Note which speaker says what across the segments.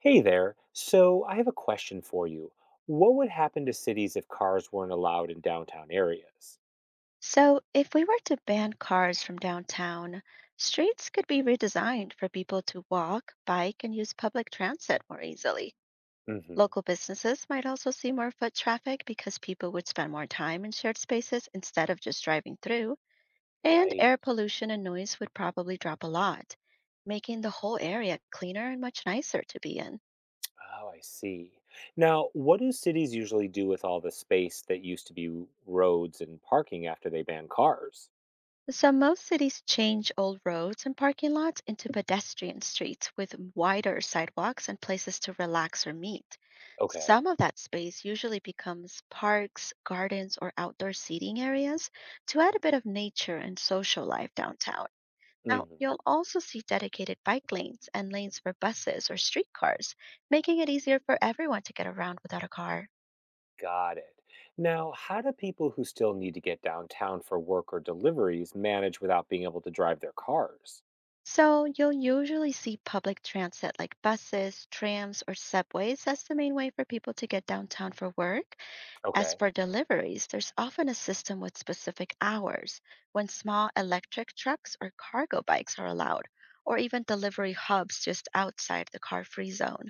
Speaker 1: Hey there. So I have a question for you. What would happen to cities if cars weren't allowed in downtown areas?
Speaker 2: So, if we were to ban cars from downtown, streets could be redesigned for people to walk, bike, and use public transit more easily.
Speaker 1: Hmm.
Speaker 2: Local businesses might also see more foot traffic because people would spend more time in shared spaces instead of just driving through, and
Speaker 1: Right.
Speaker 2: air pollution and noise would probably drop a lot, making the whole area cleaner and much nicer to be in.
Speaker 1: Oh, I see. Now, what do cities usually do with all the space that used to be roads and parking after they ban cars?
Speaker 2: So, most cities change old roads and parking lots into pedestrian streets with wider sidewalks and places to relax or meet.
Speaker 1: Okay.
Speaker 2: Some of that space usually becomes parks, gardens, or outdoor seating areas to add a bit of nature and social life downtown. Now,
Speaker 1: Hmm.
Speaker 2: you'll also see dedicated bike lanes and lanes for buses or streetcars, making it easier for everyone to get around without a car.
Speaker 1: Got it. Now, how do people who still need to get downtown for work or deliveries manage without being able to drive their cars?
Speaker 2: So you'll usually see public transit like buses, trams, or subways as the main way for people to get downtown for work. As
Speaker 1: Okay.
Speaker 2: for deliveries, there's often a system with specific hours when small electric trucks or cargo bikes are allowed, or even delivery hubs just outside the car free zone.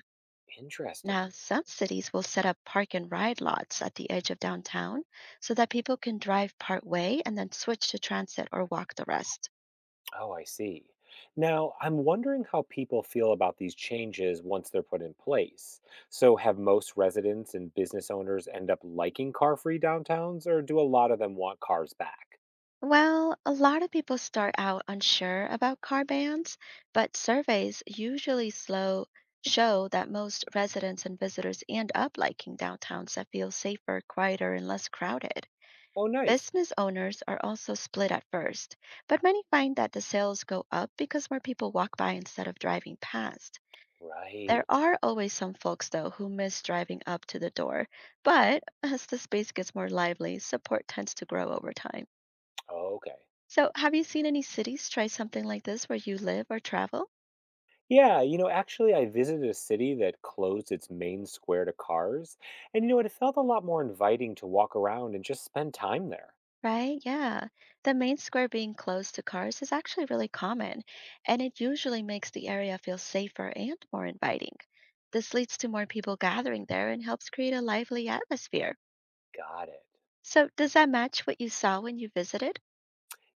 Speaker 2: Now,
Speaker 1: Interesting.
Speaker 2: some cities will set up park and ride lots at the edge of downtown so that people can drive part way and then switch to transit or walk the rest.
Speaker 1: Oh, I see. Now, I'm wondering how people feel about these changes once they're put in place. So, have most residents and business owners end up liking car free downtowns, or do a lot of them want cars back?
Speaker 2: Well, a lot of people start out unsure about car bans, but surveys usually slow show that most residents and visitors end up liking downtowns that feel safer, quieter, and less crowded.
Speaker 1: Oh, nice.
Speaker 2: Business owners are also split at first, but many find that the sales go up because more people walk by instead of driving past. There
Speaker 1: Right.
Speaker 2: are always some folks, though, who miss driving up to the door, but as the space gets more lively, support tends to grow over time.
Speaker 1: Oh, okay.
Speaker 2: So, have you seen any cities try something like this where you live or travel?
Speaker 1: Yeah, actually, I visited a city that closed its main square to cars, and it felt a lot more inviting to walk around and just spend time there.
Speaker 2: Right? Yeah. The main square being closed to cars is actually really common, and it usually makes the area feel safer and more inviting. This leads to more people gathering there and helps create a lively atmosphere.
Speaker 1: Got it.
Speaker 2: So, does that match what you saw when you visited?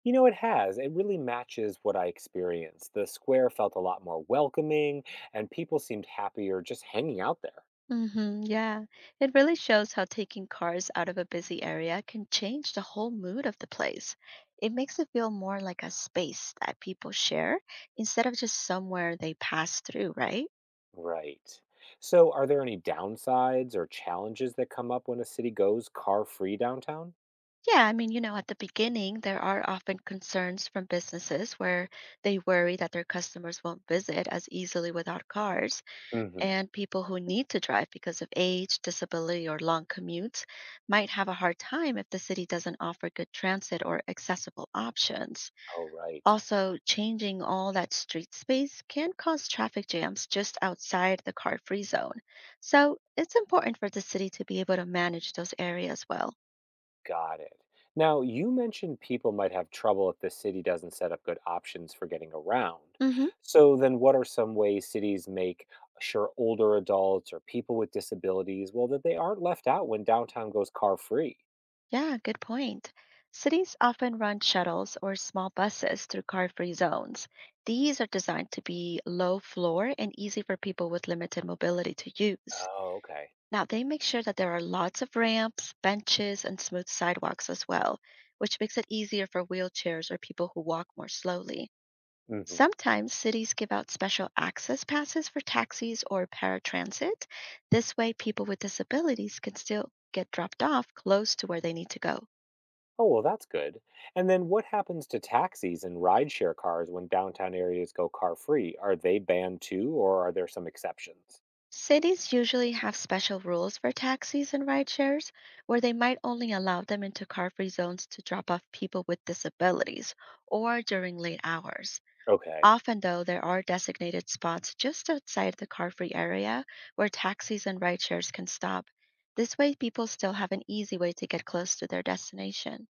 Speaker 1: You know, it has. It really matches what I experienced. The square felt a lot more welcoming, and people seemed happier just hanging out there.
Speaker 2: Hmm, yeah, it really shows how taking cars out of a busy area can change the whole mood of the place. It makes it feel more like a space that people share instead of just somewhere they pass through, right?
Speaker 1: Right. So, are there any downsides or challenges that come up when a city goes car free downtown?
Speaker 2: Yeah, at the beginning, there are often concerns from businesses where they worry that their customers won't visit as easily without cars.
Speaker 1: Mm hmm.
Speaker 2: And people who need to drive because of age, disability, or long commutes might have a hard time if the city doesn't offer good transit or accessible options.
Speaker 1: Oh, right.
Speaker 2: Also, changing all that street space can cause traffic jams just outside the car free zone. So, it's important for the city to be able to manage those areas well.
Speaker 1: Got it. Now, you mentioned people might have trouble if the city doesn't set up good options for getting around.
Speaker 2: Mhm.
Speaker 1: So, then what are some ways cities make sure older adults or people with disabilities, well, that they aren't left out when downtown goes car free?
Speaker 2: Yeah, good point. Cities often run shuttles or small buses through car free zones. These are designed to be low floor and easy for people with limited mobility to use.
Speaker 1: Oh, okay.
Speaker 2: Now, they make sure that there are lots of ramps, benches, and smooth sidewalks as well, which makes it easier for wheelchairs or people who walk more slowly.
Speaker 1: Hmm.
Speaker 2: Sometimes cities give out special access passes for taxis or paratransit. This way, people with disabilities can still get dropped off close to where they need to go.
Speaker 1: Oh, well, that's good. And then what happens to taxis and rideshare cars when downtown areas go car free? Are they banned too, or are there some exceptions?
Speaker 2: Cities usually have special rules for taxis and rideshares, where they might only allow them into car free zones to drop off people with disabilities or during late hours.
Speaker 1: Okay.
Speaker 2: Often, though, there are designated spots just outside the car free area where taxis and rideshares can stop. This way, people still have an easy way to get close to their destination.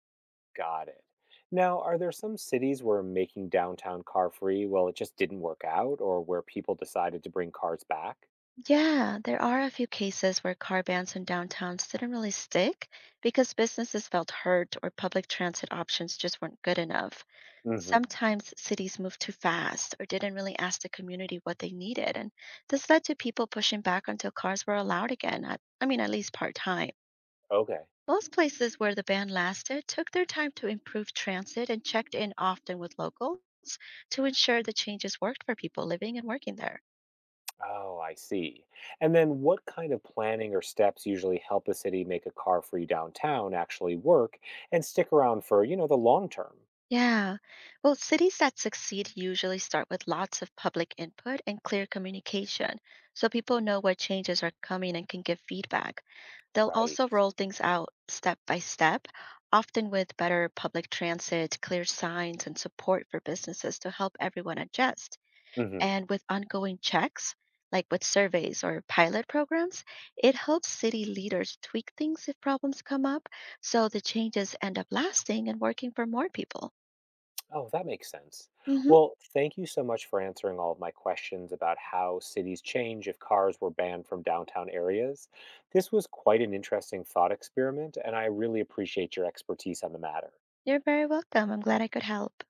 Speaker 1: Got it. Now, are there some cities where making downtown car free, well, it just didn't work out, or where people decided to bring cars back?
Speaker 2: Yeah, there are a few cases where car bans in downtowns didn't really stick because businesses felt hurt or public transit options just weren't good enough.
Speaker 1: Hmm.
Speaker 2: Sometimes cities moved too fast or didn't really ask the community what they needed, and this led to people pushing back until cars were allowed again, at least part time.
Speaker 1: Okay.
Speaker 2: Most places where the ban lasted took their time to improve transit and checked in often with locals to ensure the changes worked for people living and working there.
Speaker 1: Oh, I see. And then what kind of planning or steps usually help a city make a car free downtown actually work and stick around for the long term?
Speaker 2: Yeah. Well, cities that succeed usually start with lots of public input and clear communication, so people know what changes are coming and can give feedback. They'll
Speaker 1: Right.
Speaker 2: also roll things out step by step, often with better public transit, clear signs, and support for businesses to help everyone adjust.
Speaker 1: Hmm.
Speaker 2: And with ongoing checks, like with surveys or pilot programs, it helps city leaders tweak things if problems come up, so the changes end up lasting and working for more people.
Speaker 1: Oh, that makes sense.
Speaker 2: Hmm.
Speaker 1: Well, thank you so much for answering all of my questions about how cities change if cars were banned from downtown areas. This was quite an interesting thought experiment, and I really appreciate your expertise on the matter.
Speaker 2: You're very welcome. I'm glad I could help.